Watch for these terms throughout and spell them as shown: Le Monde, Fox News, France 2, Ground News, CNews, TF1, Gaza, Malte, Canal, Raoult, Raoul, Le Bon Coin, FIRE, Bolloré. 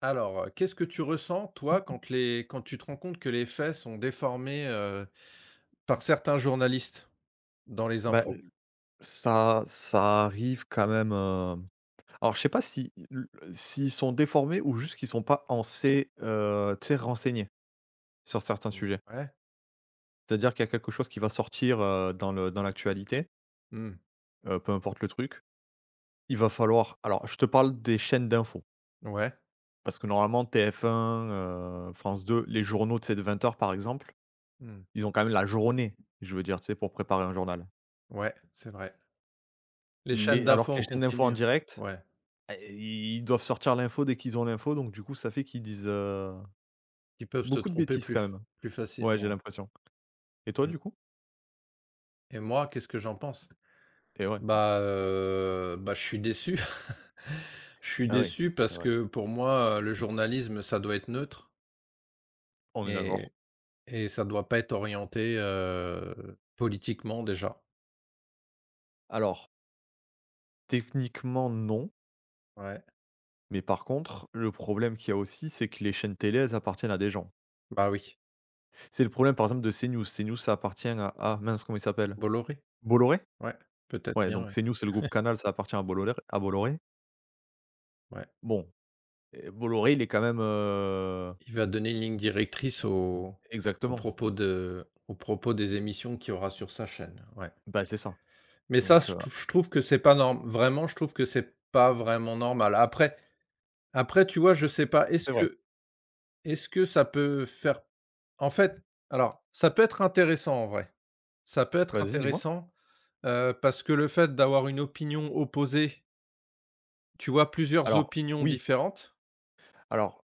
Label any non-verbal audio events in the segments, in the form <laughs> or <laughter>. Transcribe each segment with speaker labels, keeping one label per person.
Speaker 1: Alors, qu'est-ce que tu ressens, toi, quand les quand tu te rends compte que les faits sont déformés, par certains journalistes dans les
Speaker 2: Bah,
Speaker 1: infos?
Speaker 2: ça ça arrive quand même, alors je sais pas si l s'ils sont déformés ou juste qu'ils sont pas assez, tu sais, renseignés sur certains
Speaker 1: Mmh,
Speaker 2: sujets.
Speaker 1: ouais,
Speaker 2: C'est-à-dire qu'il y a quelque chose qui va sortir, dans l'actualité,
Speaker 1: mmh,
Speaker 2: peu importe le truc, il va falloir alors je te parle des chaînes d'infos,
Speaker 1: ouais,
Speaker 2: parce que normalement TF1, France 2, les journaux, tu sais, de 20 h par exemple,
Speaker 1: mmh,
Speaker 2: ils ont quand même la journée, je veux dire, tu sais, pour préparer un journal.
Speaker 1: ouais, c'est vrai. Les chaînes
Speaker 2: Les Alors
Speaker 1: d'infos
Speaker 2: que les
Speaker 1: en
Speaker 2: chaînes d'infos
Speaker 1: continu,
Speaker 2: en
Speaker 1: hein,
Speaker 2: direct.
Speaker 1: ouais,
Speaker 2: Et ils doivent sortir l'info dès qu'ils ont l'info, donc du coup, ça fait qu'ils disent,
Speaker 1: qui peuvent se
Speaker 2: beaucoup de
Speaker 1: tromper
Speaker 2: bêtises
Speaker 1: plus
Speaker 2: quand même.
Speaker 1: plus
Speaker 2: Ouais, j'ai
Speaker 1: facilement, ouais,
Speaker 2: l'impression. Et toi, du
Speaker 1: mmh
Speaker 2: coup?
Speaker 1: et moi, qu'est-ce que j'en pense?
Speaker 2: Et ouais.
Speaker 1: Bah, je suis déçu. <laughs> Je suis
Speaker 2: Ah oui,
Speaker 1: déçu
Speaker 2: c'est
Speaker 1: parce
Speaker 2: vrai.
Speaker 1: que, pour moi, le journalisme, ça doit être neutre
Speaker 2: On est d'accord.
Speaker 1: et Et ça doit pas être orienté, politiquement déjà.
Speaker 2: Alors, techniquement, non,
Speaker 1: Ouais,
Speaker 2: mais par contre, le problème qu'il y a aussi, c'est que les chaînes télé, elles appartiennent à des gens.
Speaker 1: bah, oui.
Speaker 2: C'est le problème, par exemple, de CNews. CNews, ça appartient à ah mince, comment il s'appelle?
Speaker 1: Bolloré?
Speaker 2: Bolloré?
Speaker 1: Ouais, peut-être
Speaker 2: Ouais,
Speaker 1: bien,
Speaker 2: donc
Speaker 1: ouais.
Speaker 2: CNews, c'est le groupe Canal, ça appartient à Bolloré.
Speaker 1: Ouais.
Speaker 2: Bon, et Bolloré, il est quand même,
Speaker 1: Il va donner une ligne directrice
Speaker 2: exactement.
Speaker 1: au propos des émissions qu'il y aura sur sa chaîne, ouais.
Speaker 2: Bah, c'est ça.
Speaker 1: Mais ça,
Speaker 2: Donc
Speaker 1: je trouve que c'est pas norm vraiment, je trouve que c'est pas vraiment normal. Après, tu vois, je sais pas, est-ce
Speaker 2: c'est vrai.
Speaker 1: que est-ce que ça peut faire en fait, alors, ça peut être intéressant en vrai. Ça peut être
Speaker 2: Vas-y, dis-moi.
Speaker 1: intéressant. Parce que le fait d'avoir une opinion opposée, tu vois plusieurs
Speaker 2: Alors
Speaker 1: opinions
Speaker 2: oui,
Speaker 1: différentes,
Speaker 2: alors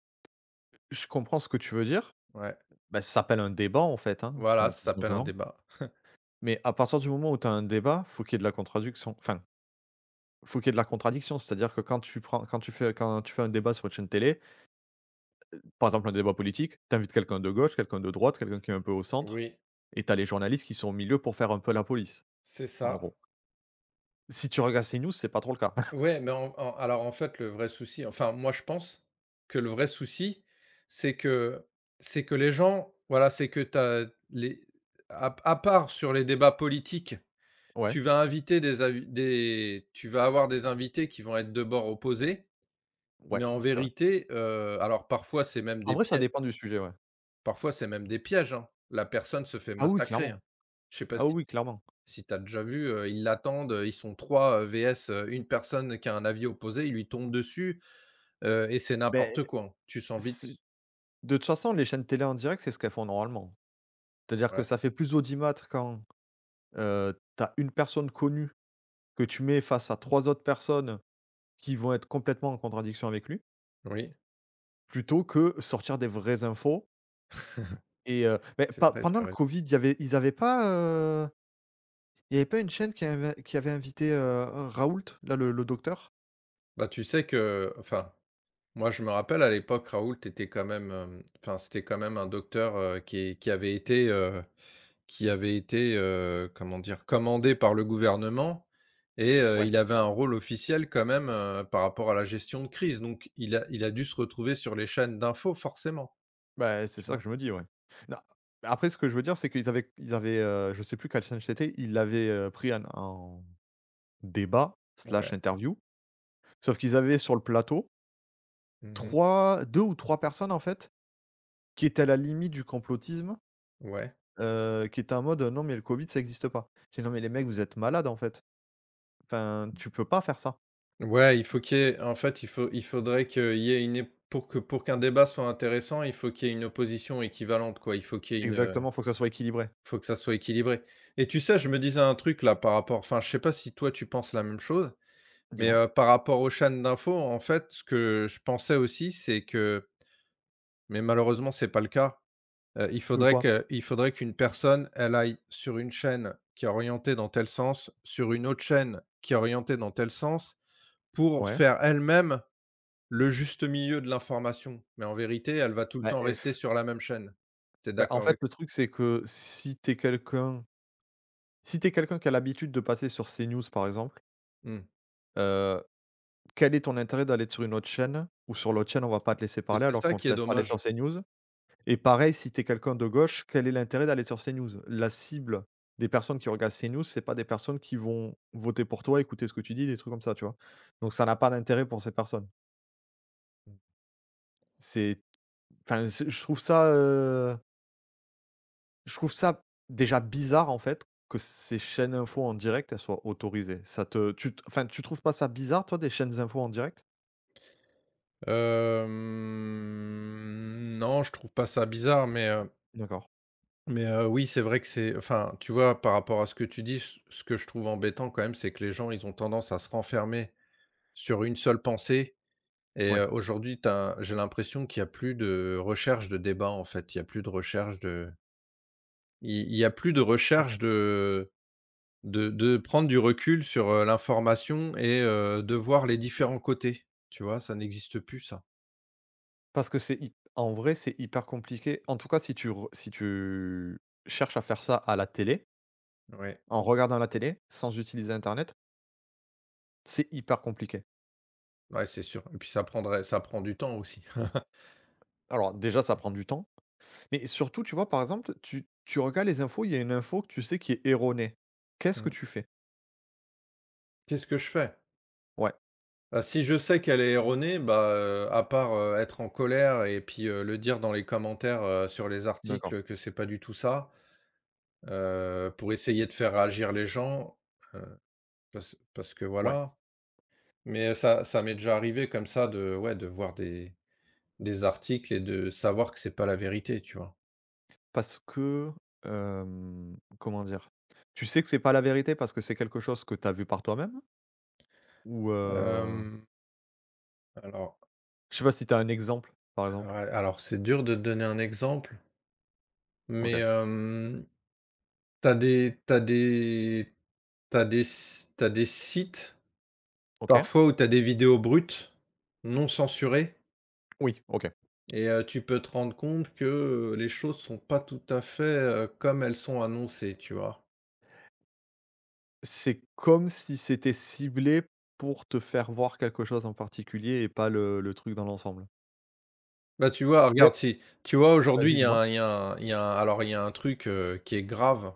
Speaker 2: je comprends ce que tu veux dire.
Speaker 1: ouais,
Speaker 2: Bah, ça s'appelle un débat en fait, hein,
Speaker 1: voilà, ça
Speaker 2: tout
Speaker 1: s'appelle un
Speaker 2: simplement.
Speaker 1: débat.
Speaker 2: Mais à partir du moment où tu as un débat, faut qu'il y ait de la contradiction. Enfin, faut qu'il y ait de la contradiction, c'est-à-dire que quand tu fais un débat sur une chaîne télé, par exemple un débat politique, tu invites quelqu'un de gauche, quelqu'un de droite, quelqu'un qui est un peu au centre
Speaker 1: Oui,
Speaker 2: et tu as les journalistes qui sont au milieu pour faire un peu la police,
Speaker 1: c'est
Speaker 2: en
Speaker 1: ça.
Speaker 2: gros. Si tu regardes CNews, c'est pas trop le cas. <laughs>
Speaker 1: Ouais, mais en en alors, en fait, le vrai souci, enfin, moi, je pense que le vrai souci, c'est que c'est que les gens, voilà, c'est que tu as les à part sur les débats politiques,
Speaker 2: Ouais,
Speaker 1: tu vas avoir des invités qui vont être de bords opposés,
Speaker 2: ouais,
Speaker 1: mais en
Speaker 2: c'est vrai.
Speaker 1: vérité, alors parfois, c'est même
Speaker 2: En
Speaker 1: des
Speaker 2: vrai, ça
Speaker 1: piè
Speaker 2: dépend du sujet, ouais.
Speaker 1: parfois, c'est même des pièges, hein. La personne se fait
Speaker 2: Ah oui,
Speaker 1: massacrer,
Speaker 2: clairement.
Speaker 1: hein. Je sais pas
Speaker 2: Ah
Speaker 1: si
Speaker 2: oui, clairement.
Speaker 1: si tu as déjà vu, ils l'attendent, ils sont 3, VS, 1 personne qui a un avis opposé, il lui tombe dessus, et c'est
Speaker 2: Ben
Speaker 1: n'importe quoi, hein. Tu sens vite.
Speaker 2: c'est De toute façon, les chaînes télé en direct, c'est ce qu'elles font normalement. C'est-à-dire que
Speaker 1: Ouais,
Speaker 2: ça fait plus audimat quand, tu une personne connue que tu mets face à 3 autres personnes qui vont être complètement en contradiction avec lui,
Speaker 1: oui.
Speaker 2: plutôt que sortir des vraies infos
Speaker 1: <laughs>
Speaker 2: et beh,
Speaker 1: C'est
Speaker 2: pe
Speaker 1: vrai,
Speaker 2: pendant
Speaker 1: tu as
Speaker 2: le
Speaker 1: raison.
Speaker 2: covid, il y avait pas une chaîne qui avait invité, Raoult, là, le docteur?
Speaker 1: Bah, tu sais que enfin, moi, je me rappelle à l'époque, Raoul, t'étais quand même, enfin, c'était quand même un docteur, qui avait été, comment dire? Commandé par le gouvernement et
Speaker 2: Ouais,
Speaker 1: il avait un rôle officiel quand même, par rapport à la gestion de crise, donc il a dû se retrouver sur les chaînes d'infos forcément,
Speaker 2: bah, c'est
Speaker 1: tu
Speaker 2: ça
Speaker 1: vois?
Speaker 2: que je me dis, ouais. Non, après ce que je veux dire, c'est qu'ils avaient ils avaient, je sais plus quelle chaîne c'était, ils l'avaient, pris en
Speaker 1: Ouais.
Speaker 2: débat/interview. Sauf qu'ils avaient sur le plateau
Speaker 1: Mmh.
Speaker 2: 3, 2 ou 3 personnes, en fait, qui étaient à la limite du complotisme,
Speaker 1: Ouais.
Speaker 2: qui étaient en mode: «Non, mais le Covid, ça n'existe pas». J'ai dit: «Non, mais les mecs, vous êtes malades, en fait. Enfin, tu peux pas faire ça».
Speaker 1: Ouais, il faut qu'il y ait en fait, il faut il faudrait qu'il y ait une é pour qu'un débat soit intéressant, il faut qu'il y ait une opposition équivalente, quoi. Il faut qu'il y ait
Speaker 2: Exactement, faut que ça soit équilibré.
Speaker 1: faut que ça soit équilibré et tu sais, je me disais un truc là par rapport, enfin, je sais pas si toi tu penses la même chose? Mais,
Speaker 2: Dis-moi?
Speaker 1: par rapport aux chaînes d'infos, en fait, ce que je pensais aussi, c'est que mais malheureusement, c'est pas le cas.
Speaker 2: De quoi?
Speaker 1: Il faudrait qu'une personne, elle aille sur une chaîne qui est orientée dans tel sens, sur une autre chaîne qui est orientée dans tel sens, pour
Speaker 2: Ouais.
Speaker 1: faire elle-même le juste milieu de l'information. Mais en vérité, elle va tout le
Speaker 2: Bah,
Speaker 1: temps
Speaker 2: eh
Speaker 1: rester
Speaker 2: f
Speaker 1: sur la même chaîne. T'es
Speaker 2: Bah, en
Speaker 1: d'accord
Speaker 2: fait,
Speaker 1: avec.
Speaker 2: le truc, c'est que si t'es quelqu'un qui a l'habitude de passer sur CNews, par exemple,
Speaker 1: Mmh.
Speaker 2: heu, quel est ton intérêt d'aller sur une autre chaîne ou sur l'autre chaîne, on va pas te laisser
Speaker 1: Et
Speaker 2: parler
Speaker 1: c'est
Speaker 2: alors
Speaker 1: ça
Speaker 2: qu'on
Speaker 1: qui
Speaker 2: te
Speaker 1: est
Speaker 2: laisse parler sur
Speaker 1: dommage.
Speaker 2: CNews? Et pareil, si t'es quelqu'un de gauche, quel est l'intérêt d'aller sur CNews? La cible des personnes qui regardent CNews, c'est pas des personnes qui vont voter pour toi, écouter ce que tu dis, des trucs comme ça, tu vois? Donc ça n'a pas d'intérêt pour ces personnes. C'est enfin, c'est je trouve ça, je trouve ça déjà bizarre, en fait, que ces chaînes infos en direct, elles soient autorisées. Ça te tu t Enfin, tu trouves pas ça bizarre, toi, des chaînes infos en direct?
Speaker 1: Non, je trouve pas ça bizarre, mais, heu
Speaker 2: D'accord,
Speaker 1: Mais heu, oui, c'est vrai que c'est, enfin, tu vois, par rapport à ce que tu dis, ce que je trouve embêtant quand même, c'est que les gens, ils ont tendance à se renfermer sur une seule pensée et
Speaker 2: ouais,
Speaker 1: aujourd'hui, j'ai l'impression qu'il y a plus de recherche de débat, en fait. Il y a plus de
Speaker 2: OK.
Speaker 1: recherche de prendre du recul sur, l'information et de voir les différents côtés, tu vois? Ça n'existe plus ça.
Speaker 2: Parce que c'est hy En vrai, c'est hyper compliqué. En tout cas, si tu cherches à faire ça à la télé.
Speaker 1: Ouais,
Speaker 2: En regardant la télé, sans utiliser internet, c'est hyper compliqué.
Speaker 1: ouais, c'est sûr et puis ça prend du temps aussi. <laughs>
Speaker 2: Alors déjà, ça prend du temps, mais surtout, tu vois, par exemple, tu regardes les infos, il y a une info que tu sais qui est erronée. Qu'est-ce que
Speaker 1: Mmh.
Speaker 2: tu fais?
Speaker 1: Qu'est-ce que je fais?
Speaker 2: Ouais,
Speaker 1: Bah, si je sais qu'elle est erronée, bah, à part, être en colère et puis, le dire dans les commentaires, sur les
Speaker 2: d'accord,
Speaker 1: articles que c'est pas du tout ça, pour essayer de faire réagir les gens, heu, parce que
Speaker 2: ouais.
Speaker 1: voilà. Mais ça m'est déjà arrivé comme ça de, ouais, de voir des articles et de savoir que c'est pas la vérité, tu vois?
Speaker 2: Parce que, comment dire? Tu sais que c'est pas la vérité parce que c'est quelque chose que tu as vu par toi-même? Ou,
Speaker 1: Hem, alors,
Speaker 2: je sais pas si tu as un exemple, par
Speaker 1: ouais,
Speaker 2: exemple?
Speaker 1: alors c'est dur de te donner un exemple, mais,
Speaker 2: OK.
Speaker 1: tu des t'as des t'as des s tu des sites
Speaker 2: OK.
Speaker 1: parfois où tu as des vidéos brutes, non censurées
Speaker 2: Oui, OK.
Speaker 1: et tu peux te rendre compte que, les choses sont pas tout à fait, comme elles sont annoncées, tu vois?
Speaker 2: C'est comme si c'était ciblé pour te faire voir quelque chose en particulier et pas le truc dans l'ensemble?
Speaker 1: Bah, tu vois,
Speaker 2: Yep,
Speaker 1: regarde, si tu vois aujourd'hui
Speaker 2: vas-y,
Speaker 1: il y a
Speaker 2: dis-moi.
Speaker 1: un il y a un il y a un alors il y a un truc, qui est grave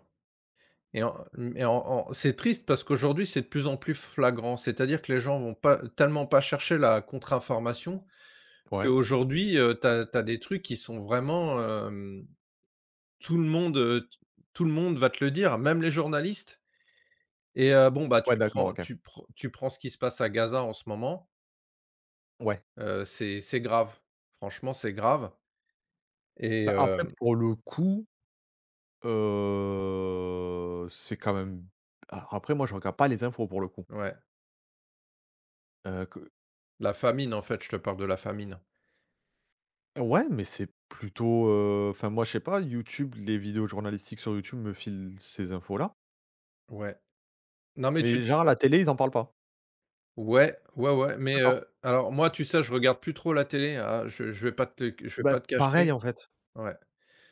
Speaker 1: et en mmh et en en c'est triste parce qu'aujourd'hui c'est de plus en plus flagrant. C'est-à-dire que les gens vont pas, tellement pas chercher la contre-information
Speaker 2: Ouais.
Speaker 1: qu'aujourd'hui, t'as des trucs qui sont vraiment, hem, tout le monde, heu, tout le monde va te le dire, même les journalistes. Et bon, bah,
Speaker 2: Ouais,
Speaker 1: tu
Speaker 2: d'accord,
Speaker 1: prends
Speaker 2: OK.
Speaker 1: tu prends tu prends ce qui se passe à Gaza en ce moment,
Speaker 2: Ouais.
Speaker 1: c'est grave. Franchement, c'est grave et,
Speaker 2: Bah, après, pour le coup, c'est quand même a après, moi, je regarde pas les infos, pour le coup.
Speaker 1: ouais,
Speaker 2: Que
Speaker 1: la famine, en fait, je te parle de la famine.
Speaker 2: Ouais, mais c'est plutôt, enfin, moi, je sais pas, YouTube, les vidéos journalistiques sur YouTube me filent ces infos-là,
Speaker 1: Ouais. Non, mais tu
Speaker 2: mais genre, à la télé, ils en parlent pas.
Speaker 1: ouais, ouais, ouais, mais
Speaker 2: D'accord.
Speaker 1: heu, alors moi, tu sais, je regarde plus trop la télé, hein, je vais
Speaker 2: Bah,
Speaker 1: pas te
Speaker 2: pareil,
Speaker 1: cacher.
Speaker 2: en fait.
Speaker 1: Ouais.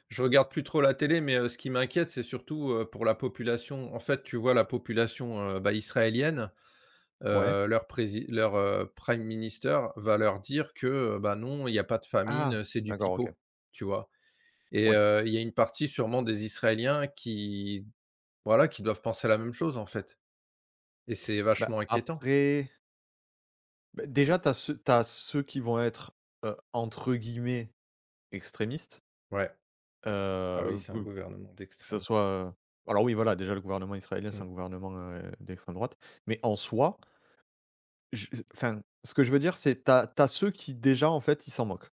Speaker 1: Je regarde plus trop la télé, mais ce qui m'inquiète, c'est surtout, pour la population. En fait, tu vois la population, bah, israélienne.
Speaker 2: Ouais.
Speaker 1: Leur prime minister va leur dire que, bah, non, il y a pas de famine,
Speaker 2: Ah,
Speaker 1: c'est du
Speaker 2: d'accord, OK.
Speaker 1: pipeau, tu vois? Et
Speaker 2: Ouais.
Speaker 1: il y a une partie sûrement des Israéliens qui, voilà, qui doivent penser la même chose, en fait, et c'est
Speaker 2: Bah,
Speaker 1: vachement inquiétant.
Speaker 2: après, bah, déjà, t'as as ceux tu ceux qui vont être, entre guillemets «extrémistes»,
Speaker 1: Ouais. Ah oui,
Speaker 2: heu,
Speaker 1: c'est un
Speaker 2: Que
Speaker 1: gouvernement
Speaker 2: ça
Speaker 1: d'extrême.
Speaker 2: soit, heu alors oui, voilà, déjà le gouvernement israélien, c'est
Speaker 1: Mmh,
Speaker 2: un gouvernement, d'extrême droite, mais en soi, je enfin, ce que je veux dire, c'est t'as as ceux qui déjà, en fait, ils s'en moquent.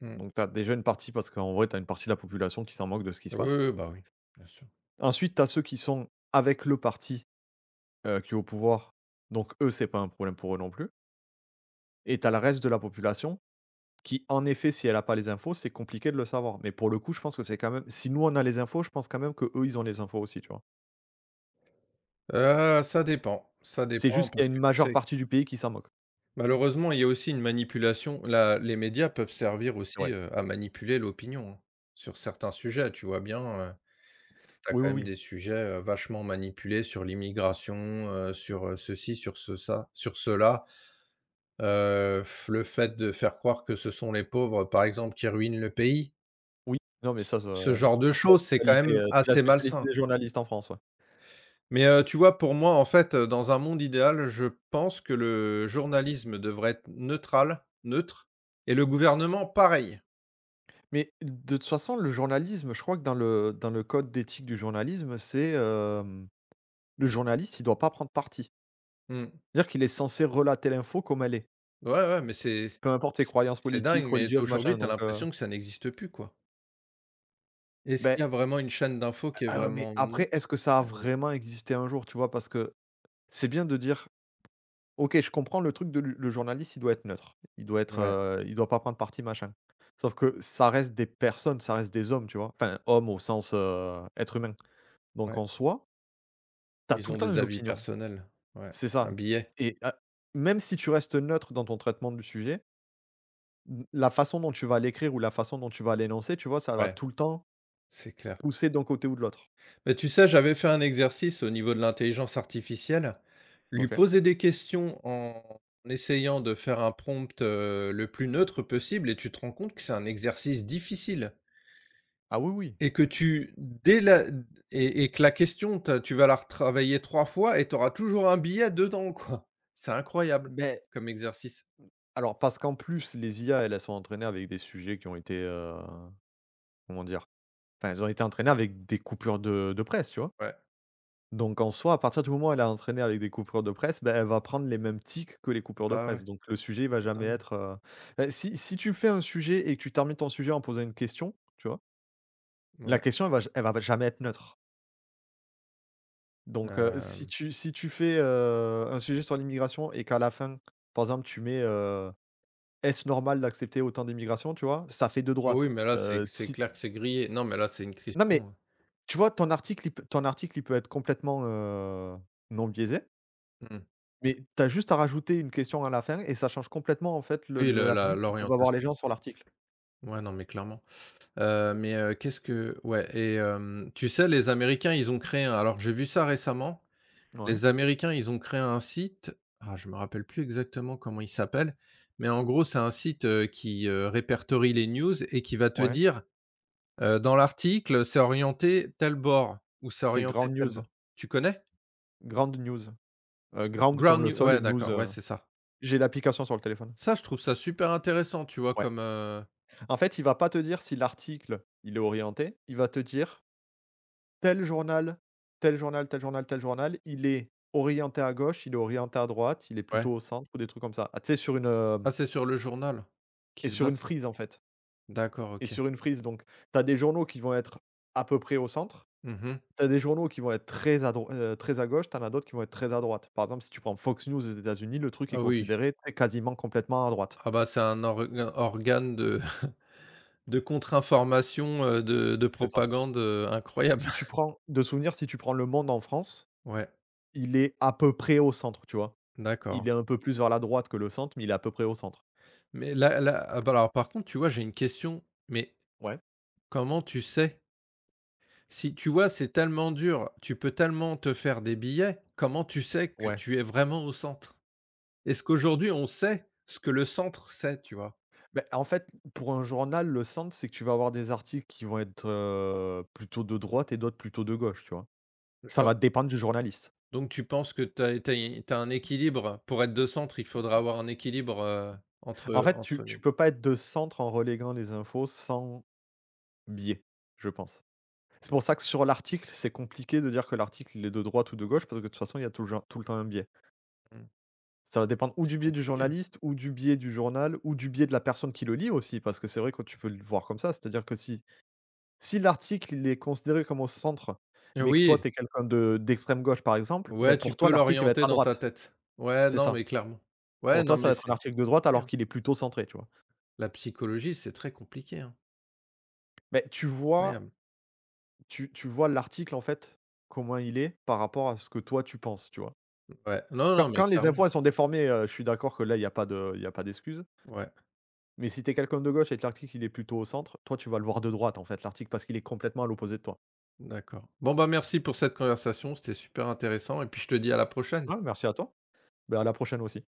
Speaker 1: mmh.
Speaker 2: Donc t'as déjà une partie parce qu'en vrai, t'as une partie de la population qui s'en moque de ce qui se
Speaker 1: Oui,
Speaker 2: passe.
Speaker 1: oui, bah, oui, bien sûr.
Speaker 2: Ensuite, t'as ceux qui sont avec le parti, qui est au pouvoir, donc eux, c'est pas un problème pour eux non plus et t'as le reste de la population qui, en effet, si elle a pas les infos, c'est compliqué de le savoir. Mais pour le coup, je pense que c'est quand même si nous, on a les infos, je pense quand même que eux ils ont les infos aussi, tu vois?
Speaker 1: Ça dépend, ça
Speaker 2: C'est
Speaker 1: dépend
Speaker 2: juste qu'il y a
Speaker 1: parce
Speaker 2: une
Speaker 1: que tu
Speaker 2: majeure
Speaker 1: sais que,
Speaker 2: partie du pays qui s'en moque.
Speaker 1: malheureusement, il y a aussi une manipulation. La Les médias peuvent servir
Speaker 2: Ouais.
Speaker 1: aussi, à manipuler l'opinion, hein, sur certains sujets, tu vois bien. heu Tu as
Speaker 2: Oui,
Speaker 1: quand
Speaker 2: oui,
Speaker 1: même
Speaker 2: oui.
Speaker 1: des sujets, vachement manipulés sur l'immigration, sur, ceci, sur ce ça, sur cela, heu, le fait de faire croire que ce sont les pauvres, par exemple, qui ruinent le pays.
Speaker 2: Oui, non, mais ça
Speaker 1: Ce
Speaker 2: ouais.
Speaker 1: genre de
Speaker 2: Ça, c'est la
Speaker 1: choses, c'est quand
Speaker 2: spécialité,
Speaker 1: même assez malsain.
Speaker 2: des journalistes en France, ouais.
Speaker 1: Mais, tu vois, pour moi, en fait, dans un monde idéal, je pense que le journalisme devrait être neutre, et le gouvernement pareil.
Speaker 2: Mais de toute façon, le journalisme, je crois que dans le code d'éthique du journalisme, c'est, le journaliste, il doit pas prendre parti.
Speaker 1: Mmh.
Speaker 2: C'est-à-dire qu'il est censé relater l'info comme elle est,
Speaker 1: Ouais, ouais, mais
Speaker 2: peu importe ses croyances
Speaker 1: c'est
Speaker 2: politiques,
Speaker 1: dingue, mais
Speaker 2: religieuses, machin,
Speaker 1: aujourd'hui, tu as l'impression que ça n'existe plus, quoi. Est-ce qu'il
Speaker 2: ben
Speaker 1: y a vraiment une chaîne d'infos qui est
Speaker 2: mais
Speaker 1: vraiment
Speaker 2: après,
Speaker 1: neutre?
Speaker 2: est-ce que ça a vraiment existé un jour, tu vois? Parce que c'est bien de dire OK, je comprends le truc de lu le journaliste, il doit être neutre. Il doit être,
Speaker 1: Ouais,
Speaker 2: il doit pas prendre parti, machin. Sauf que ça reste des personnes, ça reste des hommes, tu vois? Enfin, hommes au sens, être humain. Donc
Speaker 1: ouais,
Speaker 2: en soi, t'as
Speaker 1: ils
Speaker 2: tout le
Speaker 1: ont
Speaker 2: temps
Speaker 1: des
Speaker 2: une
Speaker 1: avis
Speaker 2: opinion.
Speaker 1: personnels, ouais,
Speaker 2: C'est
Speaker 1: un
Speaker 2: ça.
Speaker 1: billet,
Speaker 2: Et heu, Même si tu restes neutre dans ton traitement du sujet, n la façon dont tu vas l'écrire ou la façon dont tu vas l'énoncer, tu vois, ça va
Speaker 1: ouais,
Speaker 2: tout le temps
Speaker 1: c'est clair.
Speaker 2: pousser d'un côté ou de l'autre.
Speaker 1: Mais tu sais, j'avais fait un exercice au niveau de l'intelligence artificielle, lui
Speaker 2: OK.
Speaker 1: poser des questions en essayant de faire un prompt, le plus neutre possible, et tu te rends compte que c'est un exercice difficile
Speaker 2: Ah oui, oui.
Speaker 1: et que tu dès la et que la question, tu vas la retravailler 3 fois et tu auras toujours un billet dedans, quoi. C'est incroyable
Speaker 2: Mais
Speaker 1: comme exercice.
Speaker 2: alors parce qu'en plus les IA, elles, elles sont entraînées avec des sujets qui ont été, comment dire? Enfin, elles ont été entraînées avec des coupures de presse, tu vois?
Speaker 1: Ouais,
Speaker 2: Donc en soi, à partir du moment où elle a entraîné avec des coupures de presse, ben elle va prendre les mêmes tics que les coupures de
Speaker 1: bah,
Speaker 2: presse.
Speaker 1: ouais.
Speaker 2: Donc le sujet, il va jamais
Speaker 1: Totalement,
Speaker 2: être, bah, si tu fais un sujet et que tu termines ton sujet en posant une question, tu vois? La
Speaker 1: ouais,
Speaker 2: question, elle va jamais être neutre. Donc
Speaker 1: hem,
Speaker 2: si tu fais, un sujet sur l'immigration et qu'à la fin, par exemple, tu mets: «Est-ce normal d'accepter autant d'immigration?» tu vois? Ça fait de
Speaker 1: ah
Speaker 2: droite.
Speaker 1: oui, mais là, c'est c'est
Speaker 2: Si
Speaker 1: clair que c'est grillé. Non, mais là, c'est une
Speaker 2: Non
Speaker 1: question,
Speaker 2: mais tu vois, ton article, il peut être complètement, non biaisé,
Speaker 1: mmh.
Speaker 2: mais tu as juste à rajouter une question à la fin et ça change complètement, en fait, le
Speaker 1: Oui, le
Speaker 2: la
Speaker 1: la
Speaker 2: vue que peuvent avoir les
Speaker 1: l'orientation.
Speaker 2: gens sur l'article.
Speaker 1: Ouais, non, mais clairement, qu'est-ce que, ouais, et, tu sais, les Américains, ils ont créé un, j'ai vu ça récemment,
Speaker 2: Ouais,
Speaker 1: les Américains, ils ont créé un site, ah, je me rappelle plus exactement comment il s'appelle, mais en gros, c'est un site, qui, répertorie les news et qui va te
Speaker 2: ouais,
Speaker 1: dire, dans l'article, c'est orienté tel bord ou c'est
Speaker 2: c'est
Speaker 1: orienté
Speaker 2: ground
Speaker 1: tel
Speaker 2: news,
Speaker 1: bord. Tu connais?
Speaker 2: ground news, ground comme
Speaker 1: Ground
Speaker 2: le
Speaker 1: New
Speaker 2: sol et
Speaker 1: Ouais,
Speaker 2: news,
Speaker 1: d'accord, ouais, c'est ça.
Speaker 2: j'ai l'application sur le téléphone.
Speaker 1: Ça, je trouve ça super intéressant, tu vois?
Speaker 2: Ouais.
Speaker 1: Comme,
Speaker 2: En fait, il va pas te dire si l'article, il est orienté, il va te dire: «Tel journal, tel journal, tel journal, tel journal, il est orienté à gauche, il est orienté à droite, il est
Speaker 1: ouais.
Speaker 2: plutôt au centre» ou des trucs comme ça. Ah, tu sais, sur une, hem
Speaker 1: Ah, c'est sur le journal
Speaker 2: et
Speaker 1: qui se
Speaker 2: sur une
Speaker 1: base.
Speaker 2: frise, en fait.
Speaker 1: D'accord,
Speaker 2: Et
Speaker 1: OK.
Speaker 2: sur une frise, donc tu as des journaux qui vont être à peu près au centre,
Speaker 1: Mmh.
Speaker 2: tu as des journaux qui vont être très à gauche, tu en as d'autres qui vont être très à droite. Par exemple, si tu prends Fox News aux États-Unis, le truc est
Speaker 1: Ah oui.
Speaker 2: considéré, tu quasiment complètement à droite.
Speaker 1: Ah bah, c'est un organe de <laughs> de contre-information, de
Speaker 2: C'est ça.
Speaker 1: propagande, incroyable.
Speaker 2: Si tu
Speaker 1: <laughs>
Speaker 2: prends de souvenir, Si tu prends Le Monde en France,
Speaker 1: Ouais,
Speaker 2: il est à peu près au centre, tu vois?
Speaker 1: d'accord.
Speaker 2: Il est un peu plus vers la droite que le centre, mais il est à peu près au centre.
Speaker 1: Mais là, ah bah, alors, par contre, tu vois, j'ai une question, mais
Speaker 2: Ouais,
Speaker 1: comment tu sais? Si, tu vois, c'est tellement dur, tu peux tellement te faire des billets, comment tu sais que
Speaker 2: ouais.
Speaker 1: tu es vraiment au centre? Est-ce qu'aujourd'hui, on sait ce que le centre sait, tu vois?
Speaker 2: En fait, pour un journal, le centre, c'est que tu vas avoir des articles qui vont être, plutôt de droite et d'autres plutôt de gauche, tu vois? Ça va
Speaker 1: Genre,
Speaker 2: dépendre du journaliste.
Speaker 1: donc tu penses que tu as un équilibre, pour être de centre, il faudra avoir un équilibre,
Speaker 2: En
Speaker 1: entre
Speaker 2: fait,
Speaker 1: entre les.
Speaker 2: tu peux pas être de centre en reléguant les infos sans biais, je pense. C'est pour ça que sur l'article, c'est compliqué de dire que l'article, il est de droite ou de gauche, parce que de toute façon, il y a tout le temps un biais.
Speaker 1: mmh,
Speaker 2: Ça va dépendre ou
Speaker 1: c'est
Speaker 2: du biais du
Speaker 1: compliqué.
Speaker 2: journaliste, ou du biais du journal, ou du biais de la personne qui le lit aussi, parce que c'est vrai que tu peux le voir comme ça. C'est-à-dire que si l'article, il est considéré comme au centre,
Speaker 1: Ah
Speaker 2: mais que toi,
Speaker 1: oui,
Speaker 2: tu es quelqu'un de d'extrême gauche, par exemple, ben
Speaker 1: ouais, tu
Speaker 2: pour toi,
Speaker 1: peux
Speaker 2: l'article, il va
Speaker 1: l'orienter
Speaker 2: être à
Speaker 1: dans ta
Speaker 2: droite.
Speaker 1: tête. Ouais,
Speaker 2: C'est
Speaker 1: non,
Speaker 2: ça.
Speaker 1: mais clairement. Ouais,
Speaker 2: Pour toi,
Speaker 1: non,
Speaker 2: ça va
Speaker 1: mais
Speaker 2: être un
Speaker 1: c'est
Speaker 2: article de droite
Speaker 1: compliqué,
Speaker 2: alors
Speaker 1: hein.
Speaker 2: qu'il est plutôt centré, tu vois?
Speaker 1: La psychologie, c'est très compliqué, hein.
Speaker 2: Ben tu vois
Speaker 1: Incroyable.
Speaker 2: tu vois l'article, en fait, comment il est par rapport à ce que toi tu penses, tu vois?
Speaker 1: Ouais, non, non, mais
Speaker 2: Quand les
Speaker 1: clairement.
Speaker 2: infos, elles sont déformées, je suis d'accord que là, il y a pas d'excuse.
Speaker 1: Ouais,
Speaker 2: Mais si t'es quelqu'un de gauche et que l'article, il est plutôt au centre, toi, tu vas le voir de droite, en fait, l'article, parce qu'il est complètement à l'opposé de toi.
Speaker 1: d'accord. Bon, bah, merci pour cette conversation, c'était super intéressant, et puis je te dis à la prochaine.
Speaker 2: Ouais, merci à toi. Ben à la prochaine aussi.